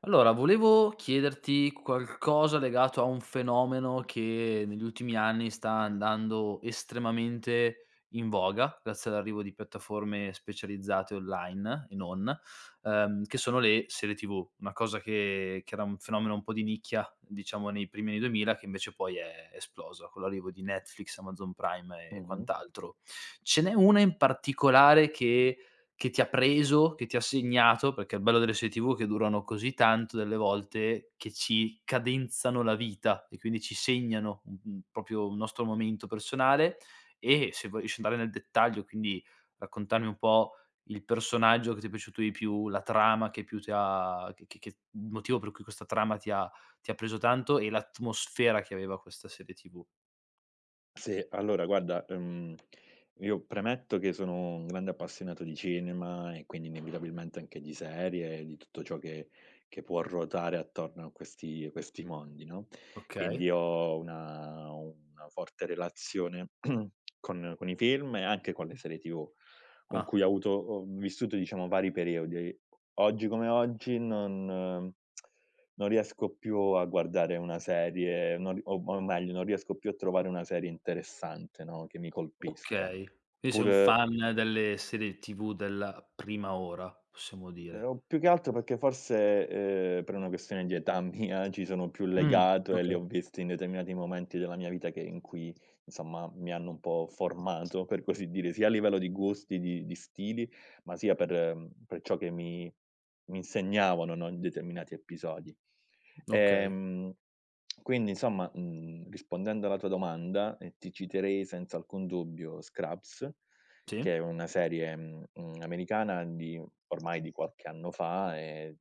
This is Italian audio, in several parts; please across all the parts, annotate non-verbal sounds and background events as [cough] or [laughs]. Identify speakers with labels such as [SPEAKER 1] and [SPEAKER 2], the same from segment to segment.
[SPEAKER 1] Allora, volevo chiederti qualcosa legato a un fenomeno che negli ultimi anni sta andando estremamente in voga, grazie all'arrivo di piattaforme specializzate online e non, che sono le serie TV, una cosa che era un fenomeno un po' di nicchia, diciamo, nei primi anni 2000, che invece poi è esplosa con l'arrivo di Netflix, Amazon Prime e
[SPEAKER 2] Mh-mh.
[SPEAKER 1] quant'altro. Ce n'è una in particolare che ti ha preso, che ti ha segnato, perché il bello delle serie TV è che durano così tanto delle volte che ci cadenzano la vita e quindi ci segnano, proprio un nostro momento personale, e se vuoi riesci ad andare nel dettaglio, quindi raccontarmi un po' il personaggio che ti è piaciuto di più, la trama che più ti ha che il motivo per cui questa trama ti ha preso tanto e l'atmosfera che aveva questa serie TV.
[SPEAKER 2] Sì, allora guarda, io premetto che sono un grande appassionato di cinema e quindi inevitabilmente anche di serie, e di tutto ciò che può ruotare attorno a questi mondi, no,
[SPEAKER 1] Okay.
[SPEAKER 2] quindi ho una forte relazione [clears throat] con i film e anche con le serie TV, con
[SPEAKER 1] Ah.
[SPEAKER 2] cui ho vissuto diciamo vari periodi. Oggi come oggi non riesco più a guardare una serie, non ri o meglio, non riesco più a trovare una serie interessante, no, che mi colpisca.
[SPEAKER 1] Okay, quindi sei
[SPEAKER 2] Pur
[SPEAKER 1] un fan delle serie TV della prima ora, possiamo dire.
[SPEAKER 2] Più che altro perché forse, per una questione di età mia [laughs] ci sono più
[SPEAKER 1] Mh,
[SPEAKER 2] legato e li
[SPEAKER 1] okay,
[SPEAKER 2] ho visti in determinati momenti della mia vita che in cui, insomma, mi hanno un po' formato, per così dire, sia a livello di gusti, di stili, ma sia per ciò che mi insegnavano, no, in determinati episodi.
[SPEAKER 1] okay.
[SPEAKER 2] Ehm, quindi insomma, rispondendo alla tua domanda, ti citerei senza alcun dubbio Scrubs,
[SPEAKER 1] Sì,
[SPEAKER 2] che è una serie, americana di ormai di qualche anno fa,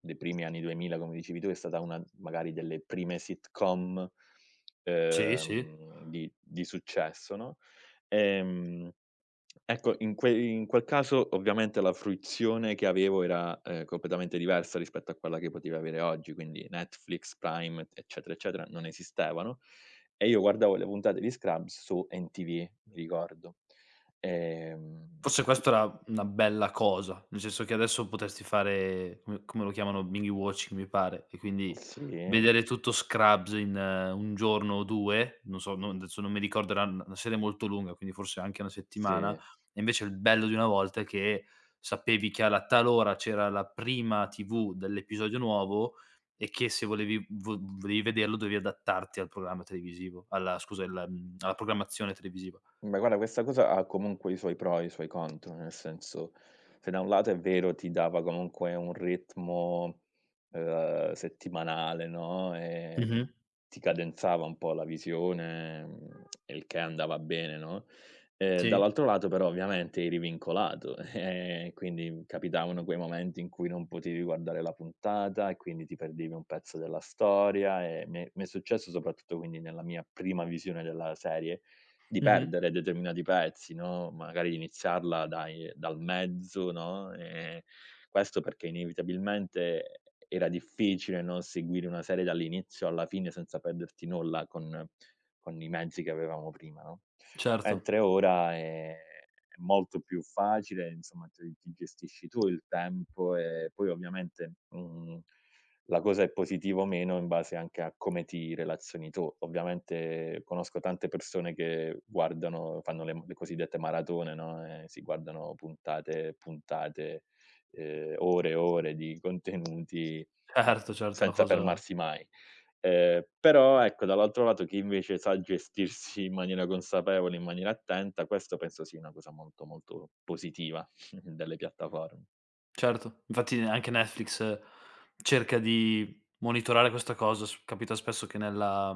[SPEAKER 2] dei primi anni 2000 come dicevi tu, è stata una magari delle prime sitcom,
[SPEAKER 1] sì, sì.
[SPEAKER 2] di successo, no, ehm, ecco in quel caso ovviamente la fruizione che avevo era, completamente diversa rispetto a quella che potevi avere oggi, quindi Netflix, Prime, eccetera, eccetera, non esistevano e io guardavo le puntate di Scrubs su MTV, mi ricordo. Ehm
[SPEAKER 1] Forse questa era una bella cosa, nel senso che adesso potresti fare come lo chiamano binge watching mi pare, e quindi
[SPEAKER 2] sì.
[SPEAKER 1] vedere tutto Scrubs in un giorno o 2, non so, non adesso non mi ricordo, era una serie molto lunga, quindi forse anche 1 settimana,
[SPEAKER 2] Sì.
[SPEAKER 1] e invece il bello di una volta è che sapevi che alla tal ora c'era la prima TV dell'episodio nuovo e che se volevi vo volevi vederlo dovevi adattarti al programma televisivo alla scusa, alla programmazione televisiva.
[SPEAKER 2] Beh, guarda, questa cosa ha comunque i suoi pro e i suoi contro, nel senso, se da un lato è vero ti dava comunque un ritmo, settimanale, no, e
[SPEAKER 1] Mh-mh.
[SPEAKER 2] ti cadenzava un po' la visione, il che andava bene, no,
[SPEAKER 1] Sì.
[SPEAKER 2] dall'altro lato però ovviamente eri vincolato, [laughs] e quindi capitavano quei momenti in cui non potevi guardare la puntata e quindi ti perdevi un pezzo della storia, e mi è successo soprattutto quindi nella mia prima visione della serie di
[SPEAKER 1] Mh-mh.
[SPEAKER 2] perdere determinati pezzi, no, magari di iniziarla dai dal mezzo, no, questo perché inevitabilmente era difficile, no, seguire una serie dall'inizio alla fine senza perderti nulla con i mezzi che avevamo prima, no,
[SPEAKER 1] Certo,
[SPEAKER 2] mentre ora è molto più facile, insomma ti gestisci tu il tempo e poi ovviamente, mhmm la cosa è positiva o meno in base anche a come ti relazioni tu. Ovviamente conosco tante persone che guardano fanno le cosiddette maratone, no, si guardano puntate e puntate, ore e ore di contenuti,
[SPEAKER 1] certo, certo, è una
[SPEAKER 2] senza
[SPEAKER 1] cosa
[SPEAKER 2] fermarsi mai. Però ecco, dall'altro lato chi invece sa gestirsi in maniera consapevole, in maniera attenta, questo penso sia una cosa molto, molto positiva [laughs] delle piattaforme.
[SPEAKER 1] certo. Infatti anche Netflix cerca di monitorare questa cosa, s capita spesso che nella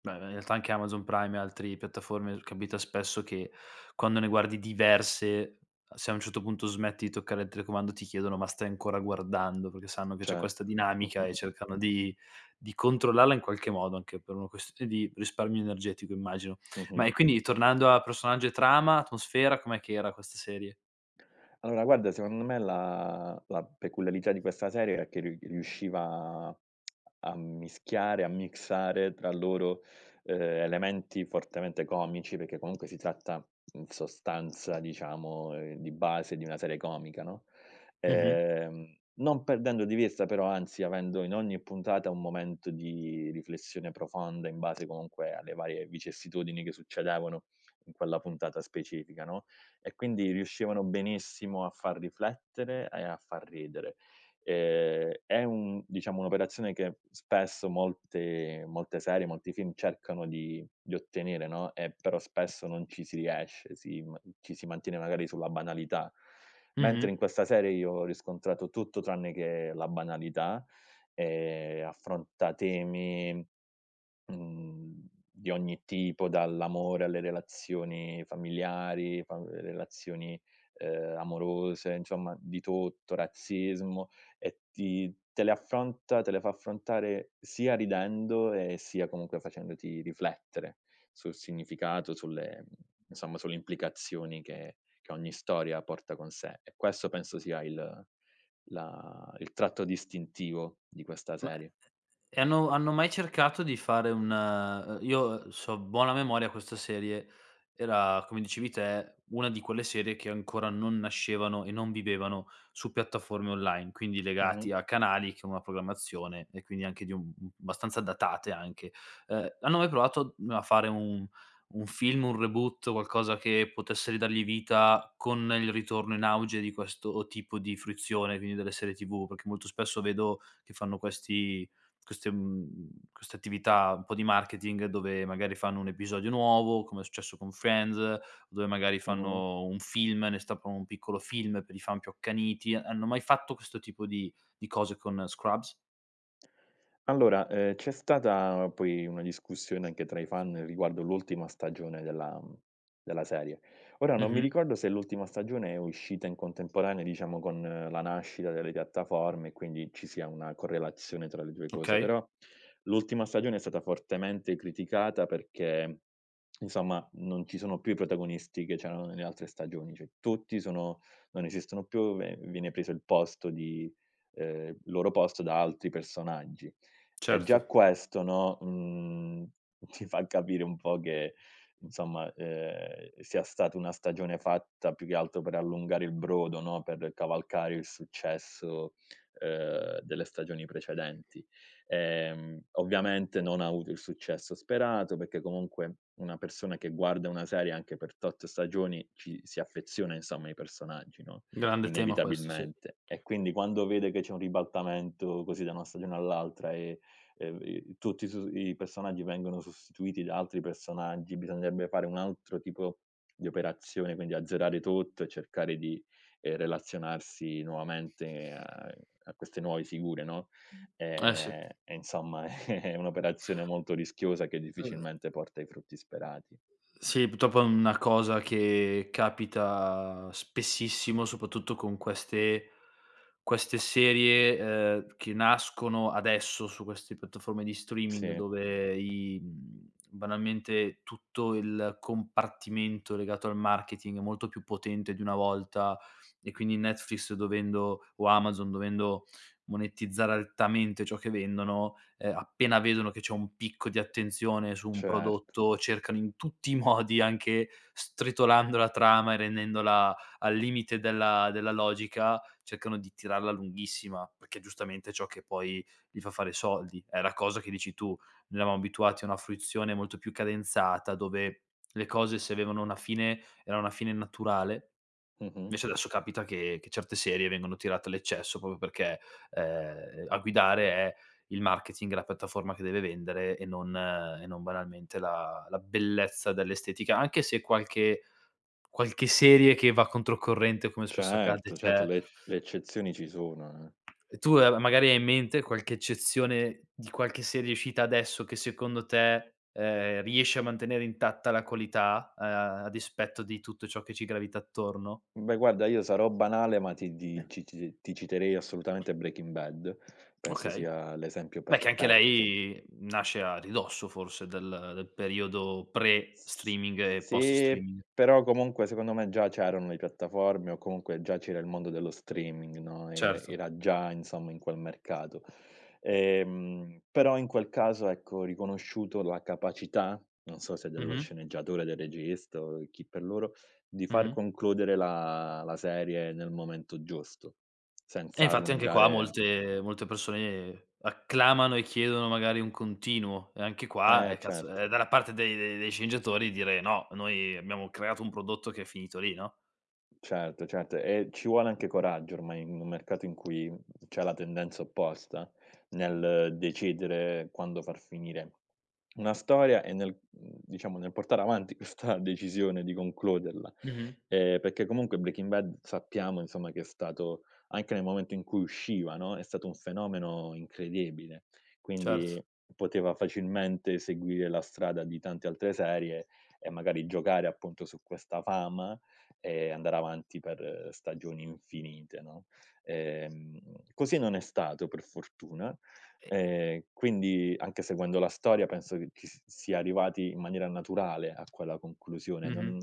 [SPEAKER 1] in realtà anche Amazon Prime e altri piattaforme, capita spesso che quando ne guardi diverse, se a un certo punto smetti di toccare il telecomando ti chiedono: "Ma stai ancora guardando?" Perché sanno che c'è
[SPEAKER 2] Cer
[SPEAKER 1] questa dinamica
[SPEAKER 2] Mh-mh.
[SPEAKER 1] e cercano di controllarla in qualche modo, anche per una questione di risparmio energetico immagino. E
[SPEAKER 2] [laughs]
[SPEAKER 1] quindi, tornando a personaggio e trama, atmosfera, com'è che era questa serie?
[SPEAKER 2] Allora guarda, secondo me la peculiarità di questa serie è che riusciva a mischiare, a mixare tra loro, elementi fortemente comici, perché comunque si tratta in sostanza, diciamo, di base di una serie comica, no,
[SPEAKER 1] Mh-mh,
[SPEAKER 2] non perdendo di vista però, anzi avendo in ogni puntata un momento di riflessione profonda in base comunque alle varie vicissitudini che succedevano in quella puntata specifica, no, e quindi riuscivano benissimo a far riflettere e a far ridere. È un diciamo, un'operazione che spesso molte serie, molti film cercano di ottenere, no, e però spesso non ci si riesce, ma ci si mantiene magari sulla banalità.
[SPEAKER 1] mh-mh.
[SPEAKER 2] Mentre in questa serie io ho riscontrato tutto tranne che la banalità, affronta temi Mhmm, di ogni tipo, dall'amore alle relazioni familiari, fa relazioni, amorose, insomma di tutto, razzismo e ti te le affronta te le fa affrontare sia ridendo e sia comunque facendoti riflettere sul significato, insomma sulle implicazioni che ogni storia porta con sé. E questo penso sia il tratto distintivo di questa
[SPEAKER 1] Ma
[SPEAKER 2] serie.
[SPEAKER 1] E hanno mai cercato di fare un io, so a buona memoria, questa serie era, come dicevi te, una di quelle serie che ancora non nascevano e non vivevano su piattaforme online, quindi
[SPEAKER 2] Mh-mh,
[SPEAKER 1] legati a canali che hanno una programmazione e quindi anche di un abbastanza datate anche. Hanno mai provato a fare un film, un reboot, qualcosa che potesse ridargli vita con il ritorno in auge di questo tipo di fruizione, quindi delle serie TV? Perché molto spesso vedo che fanno questi queste attività un po' di marketing dove magari fanno un episodio nuovo, come è successo con Friends, dove magari
[SPEAKER 2] mh-mh.
[SPEAKER 1] fanno un film, ne stampano un piccolo film per i fan più accaniti. Hanno mai fatto questo tipo di cose con Scrubs?
[SPEAKER 2] Allora, c'è stata poi una discussione anche tra i fan riguardo l'ultima stagione della serie. Ora non mi
[SPEAKER 1] Mh-mh.
[SPEAKER 2] ricordo se l'ultima stagione è uscita in contemporanea, diciamo, con la nascita delle piattaforme e quindi ci sia una correlazione tra le 2 cose,
[SPEAKER 1] Okay,
[SPEAKER 2] però l'ultima stagione è stata fortemente criticata perché, insomma, non ci sono più i protagonisti che c'erano nelle altre stagioni, cioè tutti sono non esistono più, ve viene preso il posto di il loro posto da altri personaggi. E
[SPEAKER 1] certo.
[SPEAKER 2] già questo, no, [laughs] ti fa capire un po' che, insomma, sia stata una stagione fatta più che altro per allungare il brodo, no, per cavalcare il successo, delle stagioni precedenti. Ovviamente non ha avuto il successo sperato, perché comunque una persona che guarda una serie anche per tot stagioni ci si affeziona, insomma, ai personaggi, no,
[SPEAKER 1] Grande tema questo, sì.
[SPEAKER 2] inevitabilmente. E quindi quando vede che c'è un ribaltamento così da una stagione all'altra e i tutti i su i personaggi vengono sostituiti da altri personaggi, bisognerebbe fare un altro tipo di operazione, quindi azzerare tutto e cercare di, relazionarsi nuovamente a queste nuove figure, no,
[SPEAKER 1] Eh sì.
[SPEAKER 2] e insomma [laughs] è un'operazione molto rischiosa che
[SPEAKER 1] Eh,
[SPEAKER 2] difficilmente porta ai frutti sperati.
[SPEAKER 1] sì, purtroppo è una cosa che capita spessissimo, soprattutto con queste serie, che nascono adesso su queste piattaforme di streaming
[SPEAKER 2] Sì,
[SPEAKER 1] dove banalmente tutto il compartimento legato al marketing è molto più potente di una volta, e quindi Netflix dovendo o Amazon dovendo monetizzare altamente ciò che vendono, appena vedono che c'è un picco di attenzione su un
[SPEAKER 2] certo.
[SPEAKER 1] prodotto, cercano in tutti i [laughs] modi, anche stritolando la trama e rendendola al limite della logica, cercano di tirarla lunghissima, perché giustamente è ciò che poi gli fa fare soldi. È la cosa che dici tu: noi eravamo abituati a una fruizione molto più cadenzata, dove le cose se avevano una fine, era una fine naturale.
[SPEAKER 2] Mh-mh.
[SPEAKER 1] Invece adesso capita che certe serie vengono tirate all'eccesso proprio perché, a guidare è il marketing, la piattaforma che deve vendere e non banalmente la bellezza dell'estetica, anche se qualche serie che va controcorrente, come spesso accade,
[SPEAKER 2] Certo, certo,
[SPEAKER 1] c'è.
[SPEAKER 2] le eccezioni ci sono, eh.
[SPEAKER 1] E tu, magari hai in mente qualche eccezione di qualche serie uscita adesso che secondo te, riesce a mantenere intatta la qualità, a dispetto di tutto ciò che ci gravita attorno?
[SPEAKER 2] Beh, guarda, io sarò banale, ma ti di ci ci ti citerei assolutamente Breaking Bad. Penso
[SPEAKER 1] Okay.
[SPEAKER 2] sia l'esempio
[SPEAKER 1] Beh, che anche
[SPEAKER 2] perfetto.
[SPEAKER 1] lei nasce a ridosso forse del periodo
[SPEAKER 2] S
[SPEAKER 1] pre-streaming e
[SPEAKER 2] sì,
[SPEAKER 1] post-streaming.
[SPEAKER 2] però comunque secondo me già c'erano le piattaforme o comunque già c'era il mondo dello streaming, no, er
[SPEAKER 1] Certo.
[SPEAKER 2] era già insomma in quel mercato. Però in quel caso, ecco, ho riconosciuto la capacità, non so se dello
[SPEAKER 1] Mh-mh,
[SPEAKER 2] sceneggiatore, del regista o chi per loro, di far
[SPEAKER 1] mh-mh.
[SPEAKER 2] concludere la serie nel momento giusto,
[SPEAKER 1] E
[SPEAKER 2] senza
[SPEAKER 1] infatti anche qua
[SPEAKER 2] allungare.
[SPEAKER 1] molte persone acclamano e chiedono magari un continuo e anche qua,
[SPEAKER 2] Eh,
[SPEAKER 1] cazzo,
[SPEAKER 2] certo.
[SPEAKER 1] è dalla parte dei sceneggiatori dire: "No, noi abbiamo creato un prodotto che è finito lì", no?
[SPEAKER 2] Certo, certo, e ci vuole anche coraggio ormai in un mercato in cui c'è la tendenza opposta, nel decidere quando far finire una storia e diciamo nel portare avanti [laughs] questa decisione di concluderla,
[SPEAKER 1] Mh-mh,
[SPEAKER 2] perché comunque Breaking Bad sappiamo insomma che è stato anche nel momento in cui usciva, no, è stato un fenomeno incredibile,
[SPEAKER 1] certo.
[SPEAKER 2] quindi poteva facilmente seguire la strada di tante altre serie e magari giocare appunto su questa fama e andare avanti per stagioni infinite, no, ehm, così non è stato per fortuna.
[SPEAKER 1] E
[SPEAKER 2] Quindi anche seguendo la storia penso che ci s sia arrivati in maniera naturale a quella conclusione,
[SPEAKER 1] mh-mh.
[SPEAKER 2] non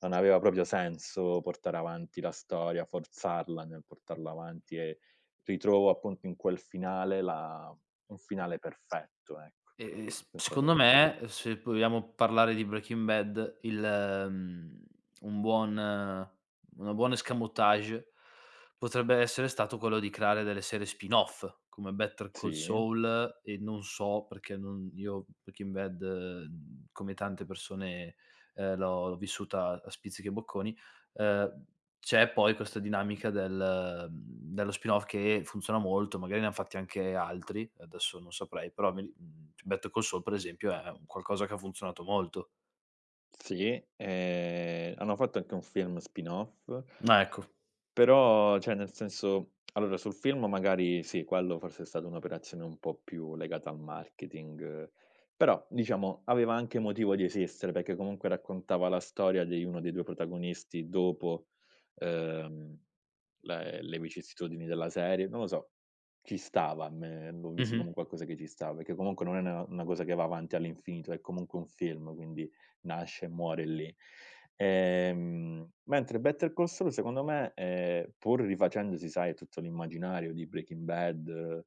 [SPEAKER 2] non aveva proprio senso portare avanti la storia, forzarla nel portarla avanti, e ritrovo appunto in quel finale la un finale perfetto, ecco,
[SPEAKER 1] S
[SPEAKER 2] senza
[SPEAKER 1] secondo
[SPEAKER 2] dubbio.
[SPEAKER 1] me, se vogliamo parlare di Breaking Bad, il un buon una buon escamotage potrebbe essere stato quello di creare delle serie spin-off, come Better Call
[SPEAKER 2] Sì,
[SPEAKER 1] Saul, e non so perché non io Breaking Bad, come tante persone, l'ho vissuta a spizzichi e bocconi, ehm c'è poi questa dinamica dello spin-off che funziona molto, magari ne han fatti anche altri, adesso non saprei, però Better Call Saul per esempio è un qualcosa che ha funzionato molto.
[SPEAKER 2] sì, hanno fatto anche un film spin-off.
[SPEAKER 1] Ah, ecco.
[SPEAKER 2] Però, cioè nel senso, allora sul film magari sì, quello forse è stata un'operazione un po' più legata al marketing, però diciamo aveva anche motivo di esistere, perché comunque raccontava la storia di uno dei 2 protagonisti dopo, ehm, le vicissitudini della serie. Non lo so, ci stava, a me l'ho visto
[SPEAKER 1] Mh-mh.
[SPEAKER 2] come un qualcosa che ci stava, perché comunque non è una cosa che va avanti all'infinito, è comunque un film, quindi nasce e muore lì. Mentre Better Call Saul secondo me, pur rifacendosi sai a tutto l'immaginario di Breaking Bad,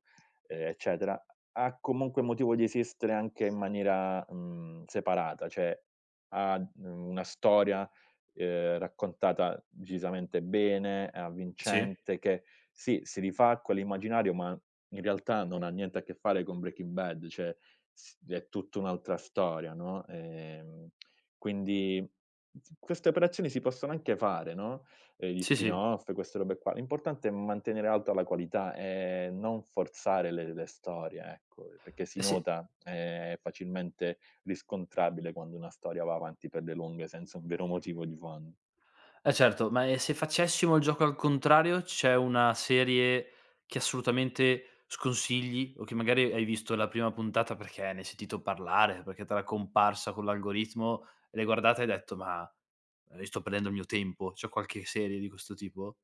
[SPEAKER 2] eccetera, ha comunque motivo di esistere anche in maniera, separata, cioè ha, una storia, raccontata decisamente bene, è
[SPEAKER 1] Sì.
[SPEAKER 2] avvincente, che sì, si rifà a quell'immaginario, ma in realtà non ha niente a che fare con Breaking Bad, cioè s è tutta un'altra storia, no, quindi queste operazioni si possono anche fare, no, gli
[SPEAKER 1] Sì, sì.
[SPEAKER 2] spin-off, queste robe qua. L'importante è mantenere alta la qualità e non forzare le storie, ecco, perché si
[SPEAKER 1] Eh sì.
[SPEAKER 2] nota, è facilmente riscontrabile quando una storia va avanti per le lunghe senza un vero motivo di fondo.
[SPEAKER 1] Eh certo, ma e se facessimo il gioco al contrario, c'è una serie che assolutamente sconsigli o che magari hai visto la prima puntata perché ne hai sentito parlare, perché t'era comparsa con l'algoritmo, l'hai guardata e hai detto: "Ma io sto prendendo il mio tempo". C'è qualche serie di questo tipo?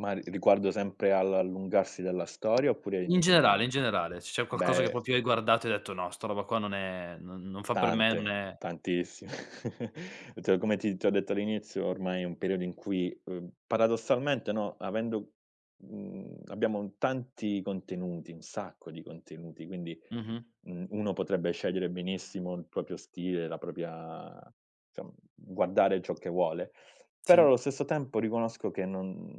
[SPEAKER 2] Ma riguardo sempre all'allungarsi della storia oppure in
[SPEAKER 1] In
[SPEAKER 2] generale?
[SPEAKER 1] generale, se c'è qualcosa che
[SPEAKER 2] Beh,
[SPEAKER 1] proprio hai guardato e hai detto: "No, sta roba qua non fa per me, non
[SPEAKER 2] tante,
[SPEAKER 1] è".
[SPEAKER 2] tantissime. [laughs] Cioè, come ti ho detto all'inizio, ormai è un periodo in cui, paradossalmente, no, abbiamo tanti contenuti, un sacco di contenuti, quindi,
[SPEAKER 1] Mh-mh,
[SPEAKER 2] uno potrebbe scegliere benissimo il proprio stile, la propria diciam guardare ciò che vuole, però
[SPEAKER 1] sì.
[SPEAKER 2] allo stesso tempo riconosco che non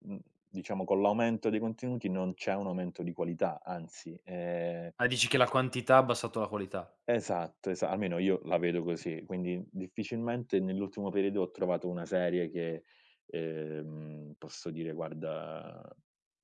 [SPEAKER 2] mhmm, diciamo con l'aumento dei contenuti non c'è un aumento di qualità, anzi.
[SPEAKER 1] Ah, dici che la quantità ha abbassato la qualità.
[SPEAKER 2] Esatto, esa almeno io la vedo così, quindi difficilmente nell'ultimo periodo ho trovato una serie che, posso dire: "Guarda,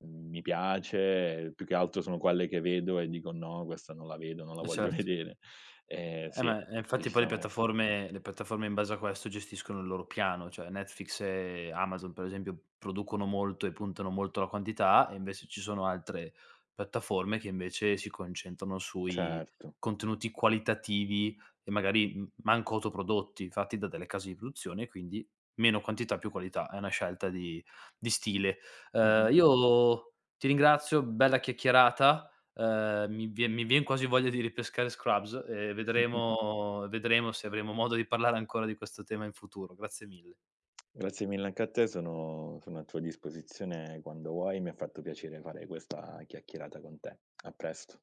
[SPEAKER 2] mi piace", più che altro sono quelle che vedo e dico: "No, questa non la vedo, non la voglio [laughs]
[SPEAKER 1] Certo.
[SPEAKER 2] vedere". Sì,
[SPEAKER 1] Ma e infatti poi le
[SPEAKER 2] decisamente.
[SPEAKER 1] piattaforme le piattaforme in base a questo gestiscono il loro piano, cioè Netflix e Amazon per esempio producono molto e puntano molto alla quantità e invece ci sono altre piattaforme che invece si concentrano sui
[SPEAKER 2] Certo.
[SPEAKER 1] contenuti qualitativi e magari m manco autoprodotti, fatti da delle case di produzione, quindi meno quantità più qualità, è una scelta di stile.
[SPEAKER 2] Mh-mh.
[SPEAKER 1] Io ti ringrazio, bella chiacchierata. Mi vien quasi voglia di ripescare Scrubs e
[SPEAKER 2] [laughs]
[SPEAKER 1] vedremo se avremo modo di parlare ancora di questo tema in futuro. Grazie mille.
[SPEAKER 2] Grazie mille anche a te, sono a tua disposizione quando vuoi, mi ha fatto piacere fare questa chiacchierata con te. A presto.